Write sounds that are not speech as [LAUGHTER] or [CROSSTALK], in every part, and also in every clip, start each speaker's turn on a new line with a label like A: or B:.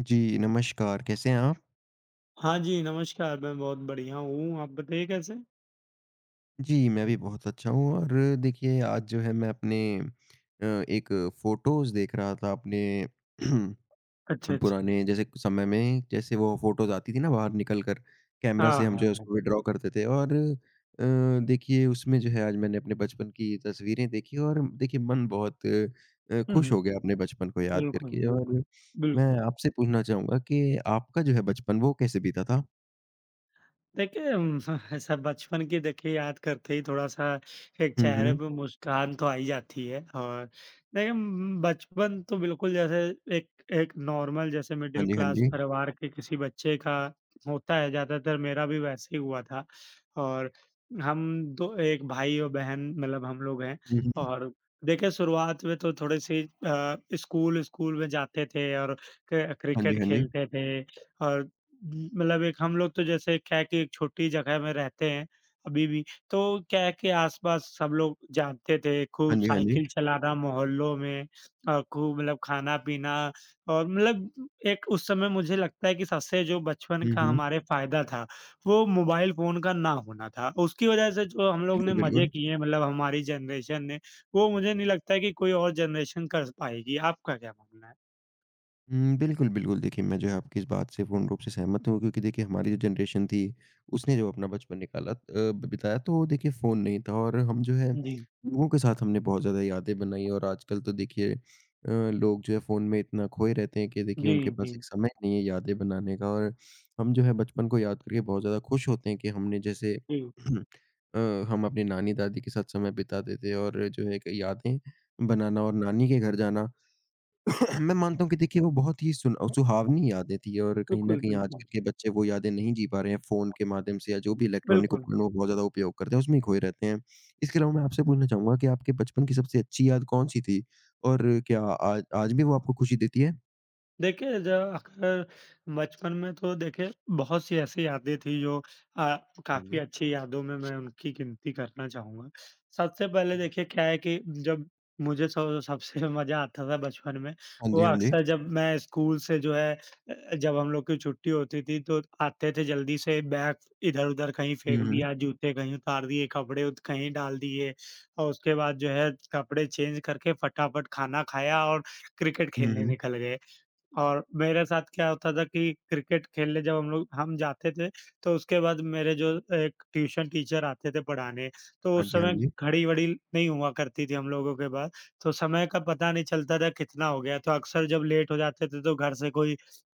A: जी, नमस्कार, कैसे हैं आप?
B: हाँ जी, नमस्कार, मैं बहुत बढ़िया हूँ, आप बताइए कैसे?
A: जी, मैं भी बहुत अच्छा हूँ और देखिए आज जो है मैं अपने एक फ़ोटोज़ देख रहा था अपने
B: अच्छा,
A: [CLEARS THROAT]
B: अच्छा।
A: पुराने जैसे समय में जैसे वो फ़ोटोज़ आती थी ना बाहर निकल कर कैमरा
B: हाँ,
A: से हम जो
B: हाँ,
A: है
B: हाँ।
A: उसको विथड्रॉ करते थे और देखिए उसमें जो है आज मैंने अपने बचपन की तस्वीरें देखी और देखिए मन बहुत
B: हुँ,
A: खुश
B: हुँ।
A: हो गया अपने बचपन को याद
B: बिल्कुल,
A: करके
B: बिल्कुल,
A: और मैं
B: बिल्कुल।
A: आपसे पूछना चाहूँगा कि आपका जो है बचपन वो कैसे बीता था?
B: देखिए ऐसा बचपन की देखिए याद करते ही थोड़ा-सा एक
A: हुँ,
B: चेहरे
A: हुँ।
B: पे मुस्कान तो आ ही जाती है। और देखिए बचपन तो बिल्कुल जैसे एक एक नॉर्मल जैसे
A: हाँ
B: मिडिल
A: जी, हाँ
B: क्लास
A: जी।
B: परिवार के किसी बच्चे का होता है, ज़्यादातर मेरा भी वैसे ही हुआ था। और हम दो एक भाई और बहन मतलब हम लोग हैं।
A: हुँ, हुँ।
B: और देखिए शुरुआत में तो थोड़ी-सी स्कूल स्कूल में जाते थे और क
A: हाँ जी,
B: क्रिकेट
A: हाँ जी।
B: खेलते थे। और मतलब एक हम लोग तो जैसे क्या है कि एक छोटी जगह में रहते हैं अभी भी, तो क्या है कि आस-पास सब लोग जानते थे,
A: हाँ
B: खूब
A: जी, हाँ जी।
B: साइकिल चलाना मोहल्लों में, और खूब मतलब खाना-पीना। और मतलब एक उस समय मुझे लगता है कि सबसे जो बचपन
A: हुँ,
B: का
A: हुँ।
B: हमारे फ़ायदा था, वो मोबाइल फ़ोन का ना होना था। उसकी वजह से जो हम लोग
A: बिल्कुल,
B: ने मज़े
A: बिल्कुल।
B: किए मतलब हमारी जनरेशन ने, वो मुझे नहीं लगता है कि कोई और जनरेशन कर पाएगी। आपका क्या मानना है?
A: हुँ, बिल्कुल, बिल्कुल। देखिए, मैं जो है आपकी इस बात से पूर्ण रूप से सहमत हूँ क्योंकि देखिए हमारी जो जनरेशन थी, उसने जो अपना बचपन निकाला बिताया तो देखिए फ़ोन नहीं था और हम जो है
B: जी।
A: लोगों के साथ हमने बहुत ज़्यादा यादें बनाई और आजकल तो देखिए लोग जो है फ़ोन में इतना खोए रहते हैं कि देखिए
B: जी,
A: उनके पास
B: जी,
A: एक समय नहीं है यादें बनाने का और हम जो है बचपन को याद करके बहुत ज़्यादा खुश होते हैं कि हमने जैसे
B: जी।
A: [CLEARS THROAT] अ, हम अपनी नानी-दादी के साथ समय बिताते थे और जो है एक यादें बनाना और नानी के घर जाना [CLEARS THROAT] मैं मानता हूँ कि देखिए वो बहुत ही सुन सुहावनी यादें थी और कहीं न
B: बिल्कुल,
A: कहीं
B: बिल्कुल।
A: आजकल के बच्चे वो यादें नहीं जी पा रहे हैं, फ़ोन के माध्यम से या जो भी इलेक्ट्रॉनिक
B: बिल्कुल।
A: उपकरणों का बहुत ज़्यादा उपयोग करते हैं, उसमें ही खोए रहते हैं। इसके अलावा मैं आपसे पूछना चाहूँगा कि आपके बचपन की सबसे अच्छी याद कौन-सी थी? और क्या आज आज भी वो आपको खुशी देती है?
B: देखिए, जब अक्सर बचपन में तो देखिए बहुत सी ऐसी यादें थी जो अ,
A: हाँ
B: काफ़ी
A: जी।
B: अच्छी यादों में मैं उनकी गिनती करना चाहूँगा। सबसे पहले देखिए क्या है कि जब मुझे सब सबसे [LAUGHS] मज़ा आता था बचपन में,
A: हाँ
B: वो
A: जी, हाँ जी।
B: अक्सर जब मैं स्कूल से जो है जब हम लोग की छुट्टी होती थी तो आते थे जल्दी से बैग इधर-उधर कहीं फेंक
A: हुँ, हुँ।
B: दिया, जूते कहीं उतार दिए, कपड़े उत कहीं डाल दिए। और उसके बाद जो है कपड़े चेंज करके फटाफट खाना खाया और क्रिकेट
A: हुँ,
B: खेलने
A: हुँ।
B: निकल गए। और मेरे साथ क्या होता था कि क्रिकेट खेलने जब हम जाते थे, तो उसके बाद मेरे जो एक ट्यूशन टीचर आते थे पढ़ाने, तो
A: हाँ
B: उस
A: जी, हाँ
B: समय
A: जी।
B: घड़ी-वड़ी नहीं हुआ करती थी हम लोगों के पास, तो समय का पता नहीं चलता था कितना हो गया। तो अक्सर जब लेट हो जाते थे, तो घर से कोई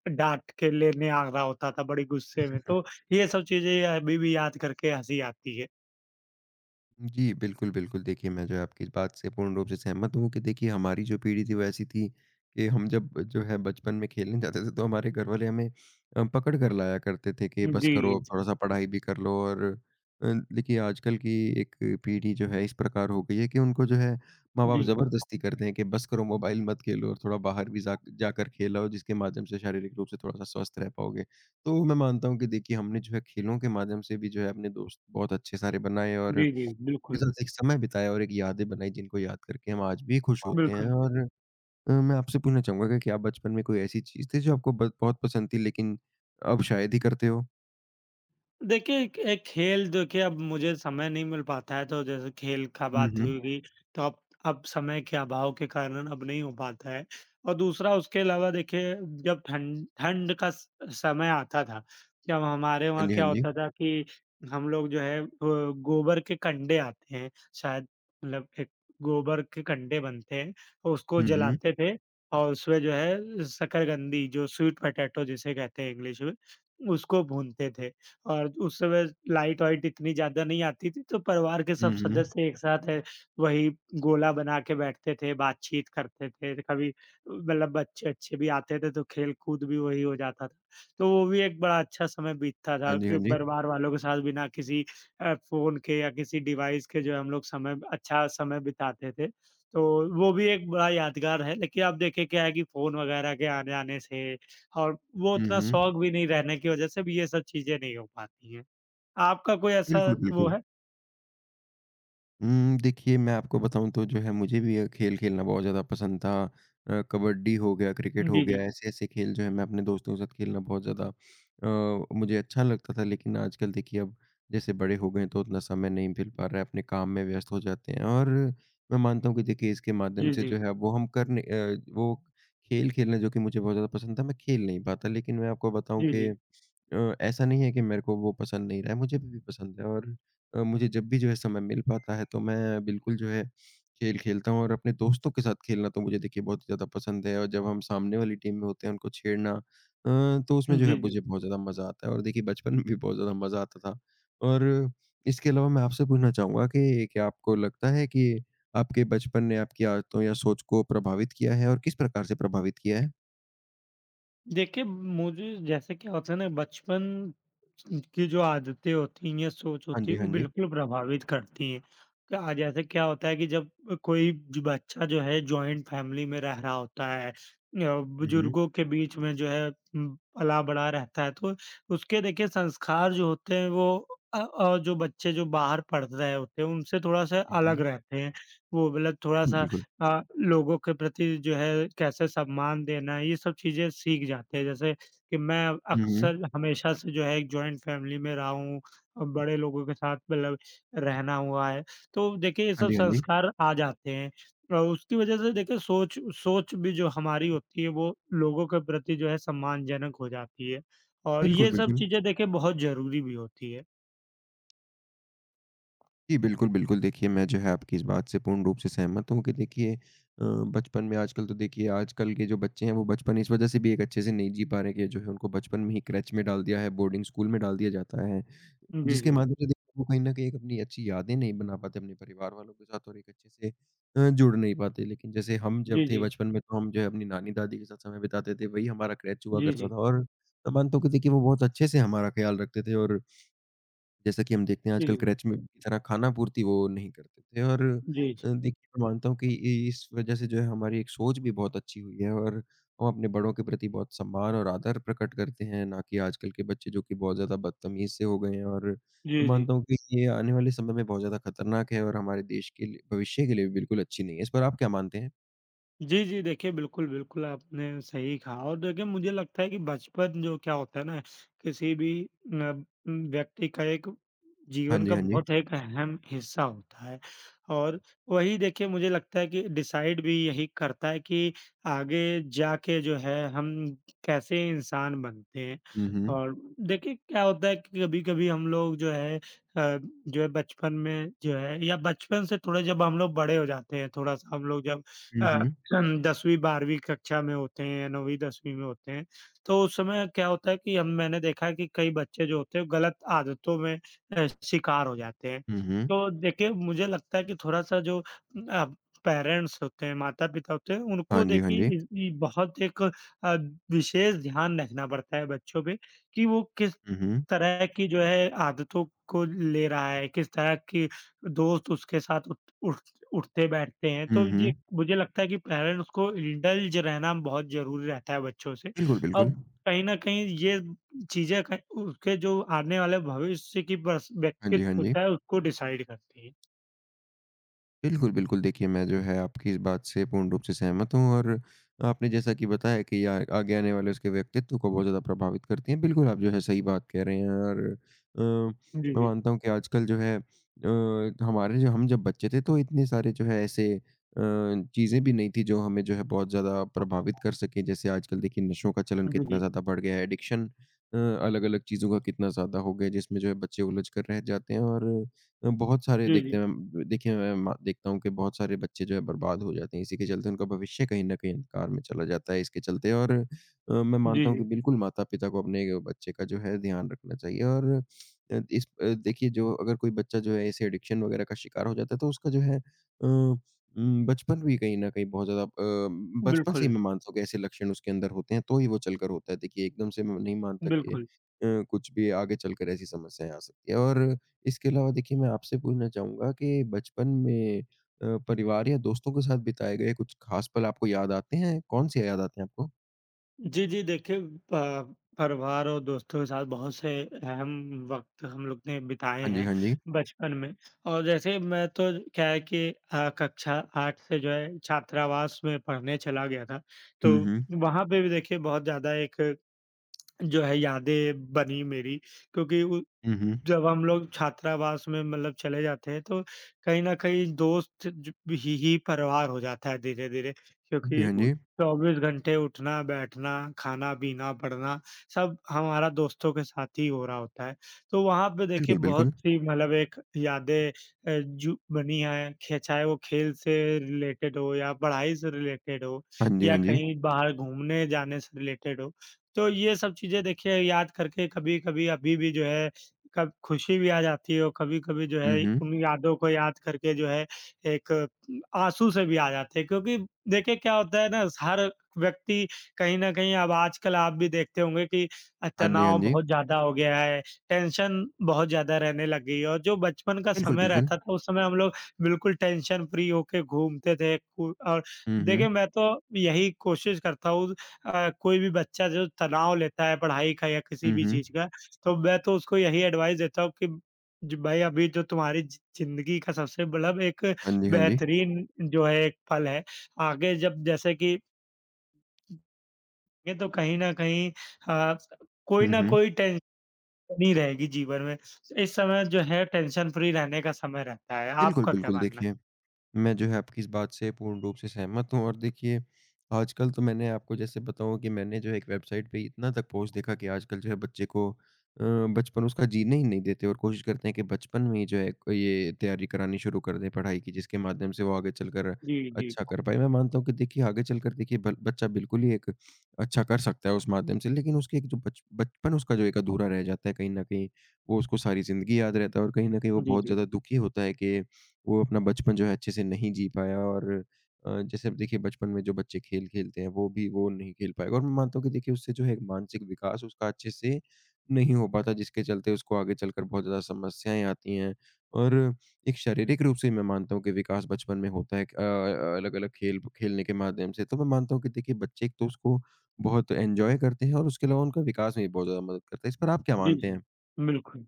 B: डाँट के लेने आ रहा होता था बड़ी गुस्से में। तो ये सब चीज़ें अभी भी याद करके हँसी आती है।
A: जी, बिल्कुल, बिल्कुल। देखिए, मैं जो है आपकी इस बात से पूर्ण रूप से सहमत हूँ कि देखिए हमारी जो पीढ़ी थी वो ऐसी थी कि हम जब जो है बचपन में खेलने जाते थे तो हमारे घर वाले हमें पकड़ कर लाया करते थे कि बस
B: जी,
A: करो अब
B: जी।
A: थोड़ा-सा पढ़ाई भी कर लो और देखिए आजकल की एक पीढ़ी जो है इस प्रकार हो गई है कि उनको जो है माँ-बाप
B: जी।
A: ज़बरदस्ती करते हैं कि बस करो मोबाइल मत खेलो और थोड़ा बाहर भी जा जाकर खेलो जिसके माध्यम से शारीरिक रूप से थोड़ा-सा स्वस्थ रह पाओगे। तो मैं मानता हूँ कि देखिए हमने जो है खेलों के माध्यम से भी जो है अपने दोस्त बहुत अच्छे सारे बनाए और
B: जी, जी,
A: उनके
B: बिल्कुल।
A: साथ एक समय बिताया और एक यादें बनाई जिनको याद करके हम आज भी खुश होते हैं
B: बिल्कुल।
A: और मैं आपसे पूछना चाहूँगा कि क्या बचपन में कोई ऐसी चीज़ थी जो आपको ब बहुत पसंद थी लेकिन अब शायद ही करते हो?
B: देखिए, एक एक खेल देखिए अब मुझे समय नहीं मिल पाता है, तो जैसे खेल का
A: हुँ,
B: बात
A: हुँ।
B: होगी, तो अब समय के अभाव के कारण अब नहीं हो पाता है। और दूसरा उसके अलावा देखिए जब ठंड ठंड का स समय आता था, जब हमारे
A: हाँ
B: वहाँ
A: जी, हाँ
B: क्या
A: जी।
B: होता था कि हम लोग जो है गोबर के कंडे आते हैं, शायद मतलब एक गोबर के कंडे बनते हैं, और उसको
A: हुँ, हुँ।
B: जलाते थे और उसमें जो है शकरकंदी जो स्वीट पोटैटो जिसे कहते हैं इंग्लिश में, उसको भूनते थे। और उस समय लाइट वाइट इतनी ज़्यादा नहीं आती थी, तो परिवार के
A: हुँ,
B: सब
A: हुँ।
B: सदस्य एक साथ है, वही गोला बना के बैठते थे, बातचीत करते थे। कभी मतलब बच्चे-अच्छे भी आते थे, तो खेल-कूद भी वही हो जाता था। तो वो भी एक बड़ा अच्छा समय बीतता
A: हाँ
B: था
A: जी, हाँ
B: कि
A: जी।
B: परिवार वालों के साथ बिना किसी फ़ोन के या किसी डिवाइस के जो है हम लोग समय अच्छा समय बिताते थे। तो वो भी एक बड़ा यादगार है, लेकिन अब देखिए क्या है कि फ़ोन वगैरह के आने-आने से और वो
A: हुँ,
B: उतना
A: हुँ।
B: शौक भी नहीं रहने की वजह से भी ये सब चीज़ें नहीं हो पाती हैं। आपका कोई ऐसा
A: बिल्कुल,
B: वो
A: बिल्कुल।
B: है?
A: देखिए मैं आपको बताऊँ तो जो है मुझे भी खेल खेलना बहुत ज़्यादा पसंद था। कबड्डी हो गया, क्रिकेट हो
B: जी,
A: गया,
B: जी।
A: ऐसे-ऐसे खेल जो है मैं अपने दोस्तों के साथ खेलना बहुत ज़्यादा मुझे अच्छा लगता था। लेकिन आजकल देखिए अब जैसे बड़े हो गए हैं तो उतना समय नहीं मिल पा रहा है, अपने काम में व्यस्त हो जाते हैं। और मैं मानता हूँ कि देखिए इसके माध्यम
B: जी,
A: से
B: जी।
A: जो है वो वो खेल खेलना जो कि मुझे बहुत ज़्यादा पसंद था, मैं खेल नहीं पाता। लेकिन मैं आपको बताऊँ
B: जी,
A: कि
B: जी।
A: ऐसा नहीं है कि मेरे को वो पसंद नहीं रहा है, मुझे भी पसंद है और मुझे जब भी जो है समय मिल पाता है तो मैं बिल्कुल जो है खेल खेलता हूँ और अपने दोस्तों के साथ खेलना तो मुझे देखिए बहुत ही ज़्यादा पसंद है और जब हम सामने वाली टीम में होते हैं उनको छेड़ना तो उसमें जो है
B: जी, जी।
A: मुझे बहुत ज़्यादा मज़ा आता है और देखिए बचपन में भी बहुत ज़्यादा मज़ा आता था। और इसके अलावा मैं आपसे पूछना चाहूँगा कि क्या आपको लगता है कि आपके बचपन ने आपकी आदतों या सोच को प्रभावित किया है और किस प्रकार से प्रभावित किया है?
B: देखिए, मुझे जैसे क्या होता है ना बचपन उनकी जो आदतें होती हैं या सोच
A: हाँ
B: होती
A: जी,
B: है, वो
A: हाँ जी।
B: बिल्कुल प्रभावित करती हैं। क्या जैसे क्या होता है कि जब कोई ज बच्चा जो है जॉइंट फैमिली में रह रहा होता है या
A: हुँ, हुँ।
B: बुजुर्गों के बीच में जो है पला-बड़ा रहता है, तो उसके देखिए संस्कार जो होते हैं वो जो बच्चे जो बाहर पढ़ रहे होते हैं, उनसे थोड़ा-सा
A: हुँ,
B: अलग
A: हुँ।
B: रहते हैं। वो मतलब
A: बिल्कुल,
B: थोड़ा-सा
A: बिल्कुल।
B: लोगों के प्रति जो है कैसे सम्मान देना है, ये सब चीज़ें सीख जाते हैं। जैसे कि मैं
A: हुँ, हुँ।
B: अक्सर हमेशा से जो है एक जॉइंट फैमिली में रहा हूँ और बड़े लोगों के साथ मतलब रहना हुआ है। तो देखिए ये
A: हाँ
B: सब
A: जी, हाँ जी।
B: संस्कार आ जाते हैं और उसकी वजह से देखिए सोच सोच भी जो हमारी होती है वो लोगों के प्रति जो है सम्मानजनक हो जाती है और
A: बिल्कुल,
B: ये सब
A: बिल्कुल।
B: चीज़ें देखिए बहुत ज़रूरी भी होती है।
A: जी, बिल्कुल, बिल्कुल। देखिए, मैं जो है आपकी इस बात से पूर्ण रूप से सहमत हूँ कि देखिए बचपन में आजकल तो देखिए आजकल के जो बच्चे हैं, वो बचपन इस वजह से भी एक अच्छे से नहीं जी पा रहे हैं कि जो है उनको बचपन में ही क्रेच में डाल दिया है, बोर्डिंग स्कूल में डाल दिया जाता है,
B: जी,
A: जिसके
B: जी।
A: माध्यम से देखिए वो कहीं न कहीं एक अपनी अच्छी यादें नहीं बना पाते अपने परिवार वालों के साथ और एक अच्छे से जुड़ नहीं पाते। लेकिन जैसे हम जब
B: जी,
A: थे
B: जी।
A: बचपन में, तो हम जो है अपनी नानी-दादी के साथ समय बिताते थे, वही हमारा क्रेच हुआ
B: जी,
A: करता
B: जी।
A: था और मैं मानता हूँ कि देखिए वो बहुत अच्छे से हमारा ख़्याल रखते थे और जैसा कि हम देखते हैं
B: जी,
A: आजकल
B: जी।
A: क्रच में की तरह खाना-पूर्ति वो नहीं करते थे और
B: जी, जी।
A: देखिए मैं मानता हूँ कि इ इस वजह से जो है हमारी एक सोच भी बहुत अच्छी हुई है और हम अपने बड़ों के प्रति बहुत सम्मान और आदर प्रकट करते हैं, ना कि आजकल के बच्चे जो कि बहुत ज़्यादा बदतमीज़ से हो गए हैं और मैं
B: जी, जी।
A: मानता हूँ कि ये आने वाले समय में बहुत ज़्यादा खतरनाक है और हमारे देश के लिए भविष्य के लिए भी बिल्कुल अच्छी नहीं है। इस पर आप क्या मानते हैं?
B: जी, जी। देखिए, बिल्कुल, बिल्कुल आपने सही कहा और देखिए मुझे लगता है कि बचपन जो क्या होता है ना किसी भी न व्यक्ति का एक
A: हाँ
B: जीवन
A: जी,
B: का
A: हाँ जी।
B: बहुत एक अहम हिस्सा होता है और वही देखिए मुझे लगता है कि डिसाइड भी यही करता है कि आगे जाके जो है हम कैसे इंसान बनते हैं।
A: हुँ, हुँ।
B: और देखिए क्या होता है कि कभी-कभी हम लोग जो है बचपन में जो है या बचपन से थोड़ा जब हम लोग बड़े हो जाते हैं, थोड़ा-सा हम लोग जब
A: हुँ,
B: अ
A: हुँ।
B: हम 10वीं-12वीं कक्षा में होते हैं या 9वीं-10वीं में होते हैं, तो उस समय क्या होता है कि हम मैंने देखा है कि कई बच्चे जो होते हैं गलत आदतों में शिकार हो जाते हैं।
A: हुँ, हुँ।
B: तो देखिए मुझे लगता है कि थोड़ा-सा जो अ, पेरेंट्स होते हैं, माता-पिता होते हैं,
A: हाँ
B: उनको
A: जी, हाँ जी।
B: देखिए इस इ बहुत एक अ, विशेष ध्यान रखना पड़ता है बच्चों पे कि वो किस
A: हुँ, हुँ।
B: तरह की जो है आदतों को ले रहा है, किस तरह की दोस्त उसके साथ उठ उठ उठते-बैठते हैं,
A: हुँ,
B: तो
A: हुँ।
B: ये मुझे लगता है कि पेरेंट्स को इंडल्ज रहना बहुत ज़रूरी रहता है बच्चों से।
A: बिल्कुल, बिल्कुल।
B: अब कहीं न कहीं ये चीज़ें क उसके जो आने वाले भविष्य की पर्स
A: हाँ जी, हाँ
B: व्यक्तित्व
A: जी।
B: होता है, उसको डिसाइड करती है।
A: बिल्कुल, बिल्कुल। देखिए, मैं जो है आपकी इस बात से पूर्ण रूप से सहमत हूँ और आपने जैसा कि बताया कि ये आ आगे आने वाले उसके व्यक्तित्व को बहुत ज़्यादा प्रभावित करती हैं। बिल्कुल, आप जो है सही बात कह रहे हैं और
B: जी,
A: मैं
B: जी।
A: मानता हूँ कि आजकल जो है हमारे जो हम जब बच्चे थे तो इतने सारे जो है ऐसे चीज़ें भी नहीं थी जो हमें जो है बहुत ज़्यादा प्रभावित कर सकें। जैसे आजकल देखिए नशों का चलन
B: जी,
A: कितना
B: जी।
A: ज़्यादा बढ़ गया है, एडिक्शन अलग-अलग चीज़ों का कितना ज़्यादा हो गया है जिसमें जो है बच्चे उलझ कर रह जाते हैं और बहुत सारे
B: जी, जी।
A: देखने में देखिए मैं मा देखता हूँ कि बहुत सारे बच्चे जो है बर्बाद हो जाते हैं। इसी के चलते उनका भविष्य कहीं न कहीं अंधकार में चला जाता है इसके चलते और मैं
B: जी,
A: मानता हूँ कि
B: जी।
A: बिल्कुल माता-पिता को अपने बच्चे का जो है ध्यान रखना चाहिए और देखिए जो अगर कोई बच्चा जो है ऐसे एडिक्शन वग़ैरह का शिकार हो जाता है तो उसका जो है बचपन भी कहीं न कहीं बहुत ज़्यादा बचपन से ही
B: बिल्कुल,
A: मैं मानता हूँ कि ऐसे लक्षण उसके अंदर होते हैं तो ही वो चलकर होता है। देखिए एकदम से मैं नहीं मानता कि
B: बिल्कुल।
A: कुछ भी आगे चलकर ऐसी समस्याएँ आ सकती हैं और इसके अलावा देखिए मैं आपसे पूछना चाहूँगा कि बचपन में परिवार या दोस्तों के साथ बिताए गए कुछ ख़ास पल आपको याद आते हैं? कौन-से याद आते हैं आपको?
B: जी, जी। देखिए प परिवार और दोस्तों के साथ बहुत से अहम वक़्त हम लोग ने बिताए
A: हाँ जी,
B: हैं
A: हाँ जी।
B: बचपन में। और जैसे मैं तो क्या है कि कक्षा 8 से जो है छात्रावास में पढ़ने चला गया था। तो
A: हुँ, हुँ।
B: वहाँ पे भी देखिए बहुत ज़्यादा एक जो है यादें बनी मेरी क्योंकि उ
A: हुँ, हुँ।
B: जब हम लोग छात्रावास में मतलब चले जाते हैं तो कहीं न कहीं दोस्त ज ही परिवार हो जाता है धीरे-धीरे
A: हाँ जी,
B: क्योंकि
A: हाँ
B: उ
A: जी।
B: 24 घंटे उठना, बैठना, खाना-पीना, पढ़ना सब हमारा दोस्तों के साथ ही हो रहा होता है। तो वहाँ पे देखिए
A: बिल्कुल,
B: बहुत
A: बिल्कुल।
B: सी मतलब एक यादें अ, जु बनी हैं, खे चाहे वो खेल से रिलेटेड हो या पढ़ाई से रिलेटेड हो
A: हाँ जी,
B: या
A: हाँ जी।
B: कहीं बाहर घूमने जाने से रिलेटेड हो। तो ये सब चीज़ें देखिए याद करके कभी-कभी अभी भी जो है कब खुशी भी आ जाती है और कभी-कभी जो
A: हुँ,
B: है
A: हुँ।
B: उन यादों को याद करके जो है एक आँसू से भी आ जाते हैं क्योंकि देखिए क्या होता है ना हर व्यक्ति कहीं न कहीं अब आजकल आप भी देखते होंगे कि
A: हाँ जी, हाँ
B: तनाव
A: जी।
B: बहुत ज़्यादा हो गया है, टेंशन बहुत ज़्यादा रहने लग गई है और जो बचपन का
A: बिल्कुल,
B: समय
A: बिल्कुल।
B: रहता था उस समय हम लोग बिल्कुल टेंशन फ्री होके घूमते थे कु और
A: हुँ, हुँ।
B: देखिए मैं तो यही कोशिश करता हूँ कोई भी बच्चा जो तनाव लेता है पढ़ाई का या किसी
A: हुँ,
B: भी
A: हुँ।
B: चीज़ का तो मैं तो उसको यही एडवाइस देता हूँ कि ज भाई अभी जो तुम्हारी ज़िंदगी का सबसे मतलब एक
A: हाँ जी, हाँ जी।
B: बेहतरीन जो है एक पल है। आगे जब जैसे कि ये तो कहीं न कहीं अ, कोई
A: हुँ,
B: न
A: हुँ।
B: कोई टेंशन ही रहेगी जीवन में। इस समय जो है टेंशन फ्री रहने का समय रहता है।
A: बिल्कुल,
B: आपका क्या
A: बिल्कुल।
B: मानना है?
A: देखिए, मैं जो है आपकी इस बात से पूर्ण रूप से सहमत हूँ और देखिए, आजकल तो मैंने आपको जैसे बताऊँ कि मैंने जो है एक वेबसाइट पे इतना तक पहुँच देखा कि आजकल जो है बच्चे को अ, बचपन उसका जीने ही नहीं देते और कोशिश करते हैं कि बचपन में ही जो है क ये तैयारी करानी शुरू कर दें पढ़ाई की, जिसके माध्यम से वो आगे चलकर
B: जी, जी।
A: अच्छा कर पाए। मैं मानता हूँ कि देखिए आगे चलकर देखिए बल बच्चा बिल्कुल ही एक अच्छा कर सकता है उस माध्यम से, लेकिन उसके एक जो बच बचपन उसका जो एक अधूरा रह जाता है कहीं न कहीं, वो उसको सारी ज़िंदगी याद रहता है और कहीं न कहीं वो
B: जी,
A: बहुत
B: जी।
A: ज़्यादा दुखी होता है कि वो अपना बचपन जो है अच्छे से नहीं जी पाया और जैसे अब देखिए बचपन में जो बच्चे खेल खेलते हैं वो भी वो नहीं खेल पाएगा और मैं मानता हूँ कि देखिए उससे जो है एक मानसिक विकास उसका अच्छे से नहीं हो पाता जिसके चलते उसको आगे चलकर बहुत ज़्यादा समस्याएं आती हैं और एक शारीरिक रूप से मैं मानता हूँ कि विकास बचपन में होता है अलग अलग खेल खेलने के माध्यम से तो मैं मानता हूँ कि देखिए बच्चे एक तो उसको बहुत एंजॉय करते हैं और उसके अलावा उनका विकास में भी बहुत ज़्यादा मदद करता है। इस पर आप क्या
B: जी,
A: मानते
B: जी।
A: हैं?
B: बिल्कुल।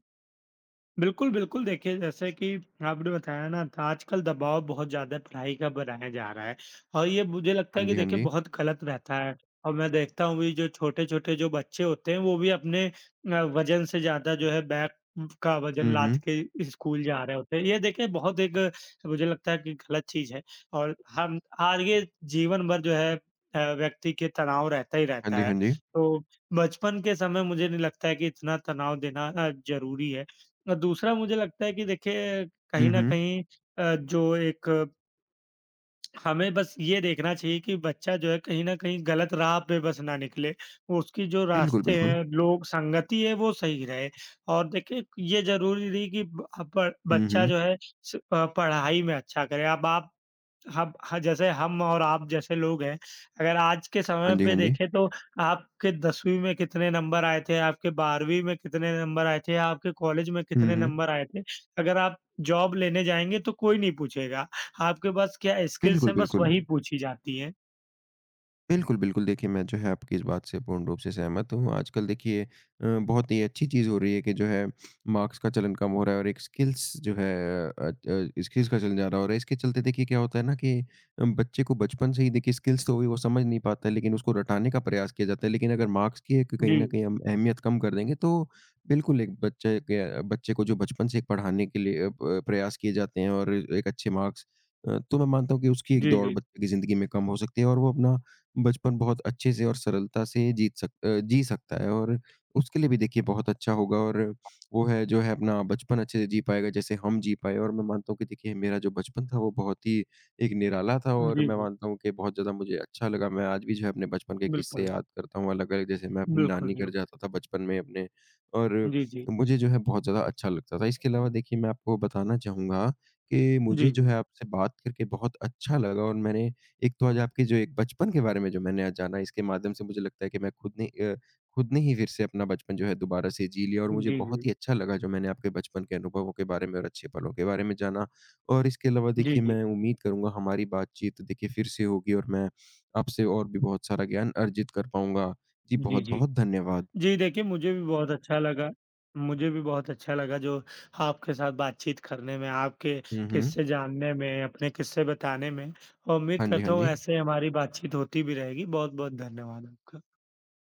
B: बिल्कुल, बिल्कुल। देखिए, जैसे कि आपने बताया ना तो आजकल दबाव बहुत ज़्यादा पढ़ाई का बनाया जा रहा है और ये मुझे लगता है
A: हाँ
B: कि
A: जी, हाँ
B: देखिए
A: जी।
B: बहुत गलत रहता है और मैं देखता हूँ ये जो छोटे-छोटे जो बच्चे होते हैं वो भी अपने वज़न से ज़्यादा जो है बैग का वज़न
A: हम्म, हम्म।
B: लाद के स्कूल जा रहे होते हैं। ये देखिए बहुत एक मुझे लगता है कि गलत चीज़ है और हम आगे जीवन भर जो है व्यक्ति के तनाव रहता ही
A: हाँ
B: रहता
A: जी,
B: है।
A: हाँ जी।
B: तो बचपन के समय मुझे नहीं लगता है कि इतना तनाव देना ज़रूरी है। दूसरा मुझे लगता है कि देखिए
A: हम्म,
B: कहीं न
A: हम्म।
B: कहीं अ, जो एक अ, हमें बस ये देखना चाहिए कि बच्चा जो है कहीं न कहीं गलत राह पे बस ना निकले। वो उसकी जो
A: बिल्कुल,
B: रास्ते
A: बिल्कुल।
B: हैं, लोग संगति है वो सही रहे। और देखिए ये ज़रूरी नहीं कि ब अ, प
A: हुँ,
B: बच्चा
A: हुँ।
B: जो है पढ़ाई में अच्छा करे। अब आप हम हाँ, जैसे हम और आप जैसे लोग हैं, अगर आज के
A: हाँ
B: समय
A: जी, हाँ
B: पे
A: जी।
B: देखें तो आपके 10वीं में कितने नंबर आए थे, आपके 12वीं में कितने नंबर आए थे, आपके कॉलेज में
A: हुँ,
B: कितने
A: हुँ।
B: नंबर आए थे, अगर आप जॉब लेने जाएँगे तो कोई नहीं पूछेगा। आपके पास क्या स्किल्स
A: बिल्कुल,
B: हैं बस
A: बिल्कुल।
B: वही पूछी जाती हैं।
A: बिल्कुल, बिल्कुल। देखिए, मैं जो है आपकी इस बात से पूर्ण रूप से सहमत हूँ। आजकल देखिए बहुत ही अच्छी चीज़ हो रही है कि जो है मार्क्स का चलन कम हो रहा है और एक स्किल्स जो है अ अ, स्किल्स का चलन ज़्यादा हो रहा है। इसके चलते देखिए क्या होता है ना कि बच्चे को बचपन से ही देखिए स्किल्स तो भी वो समझ नहीं पाता है, लेकिन उसको रटाने का प्रयास किया जाता है। लेकिन अगर मार्क्स की एक कहीं न
B: जी,
A: कहीं हम अहमियत कम कर देंगे तो बिल्कुल एक बच्चे को जो बचपन से एक पढ़ाने के लिए अ, प प्रयास किए जाते हैं और एक अच्छे मार्क्स तो मैं मानता हूँ कि उसकी एक
B: जी,
A: दौड़
B: जी।
A: बच्चे की ज़िंदगी में कम हो सकती है और वो अपना बचपन बहुत अच्छे से और सरलता से जी सकता है और उसके लिए भी देखिए बहुत अच्छा होगा और वो है जो है अपना बचपन अच्छे से जी पाएगा जैसे हम जी पाए और मैं मानता हूँ कि देखिए मेरा जो बचपन था वो बहुत ही एक निराला था और
B: जी,
A: मैं
B: जी।
A: मानता हूँ कि बहुत ज़्यादा मुझे अच्छा लगा। मैं आज भी जो है अपने बचपन के किस्से
B: बिल्कुल,
A: याद करता हूँ अलग-अलग जैसे मैं अपनी
B: बिल्कुल,
A: नानी घर
B: बिल्कुल।
A: जाता था बचपन में अपने और
B: जी, जी।
A: मुझे जो है बहुत ज़्यादा अच्छा लगता था। इसके अलावा देखिए मैं आपको बताना चाहूँगा कि मुझे
B: जी,
A: जो
B: जी।
A: है आपसे बात करके बहुत अच्छा लगा और मैंने एक तो आज आपके जो एक बचपन के बारे में जो मैंने आज जाना, इसके माध्यम से मुझे लगता है कि मैं खुद ने ही फिर से अपना बचपन जो है दोबारा से जी लिया और मुझे
B: जी,
A: बहुत
B: जी।
A: ही अच्छा लगा जो मैंने आपके बचपन के अनुभवों के बारे में और अच्छे पलों के बारे में जाना। और इसके अलावा
B: जी,
A: देखिए
B: जी।
A: मैं उम्मीद करूँगा हमारी बातचीत देखिए फिर से होगी और मैं आपसे और भी बहुत सारा ज्ञान अर्जित कर पाऊँगा। जी
B: जी, जी।
A: बहुत-बहुत धन्यवाद।
B: जी, देखिए मुझे भी बहुत अच्छा लगा। मुझे भी बहुत अच्छा लगा जो आपके साथ बातचीत करने में, आपके
A: हुँ, हुँ।
B: किस्से जानने में, अपने किस्से बताने में। उम्मीद
A: हाँ जी, हाँ
B: करता हूँ
A: जी।
B: ऐसे हमारी बातचीत होती भी रहेगी। बहुत-बहुत धन्यवाद आपका।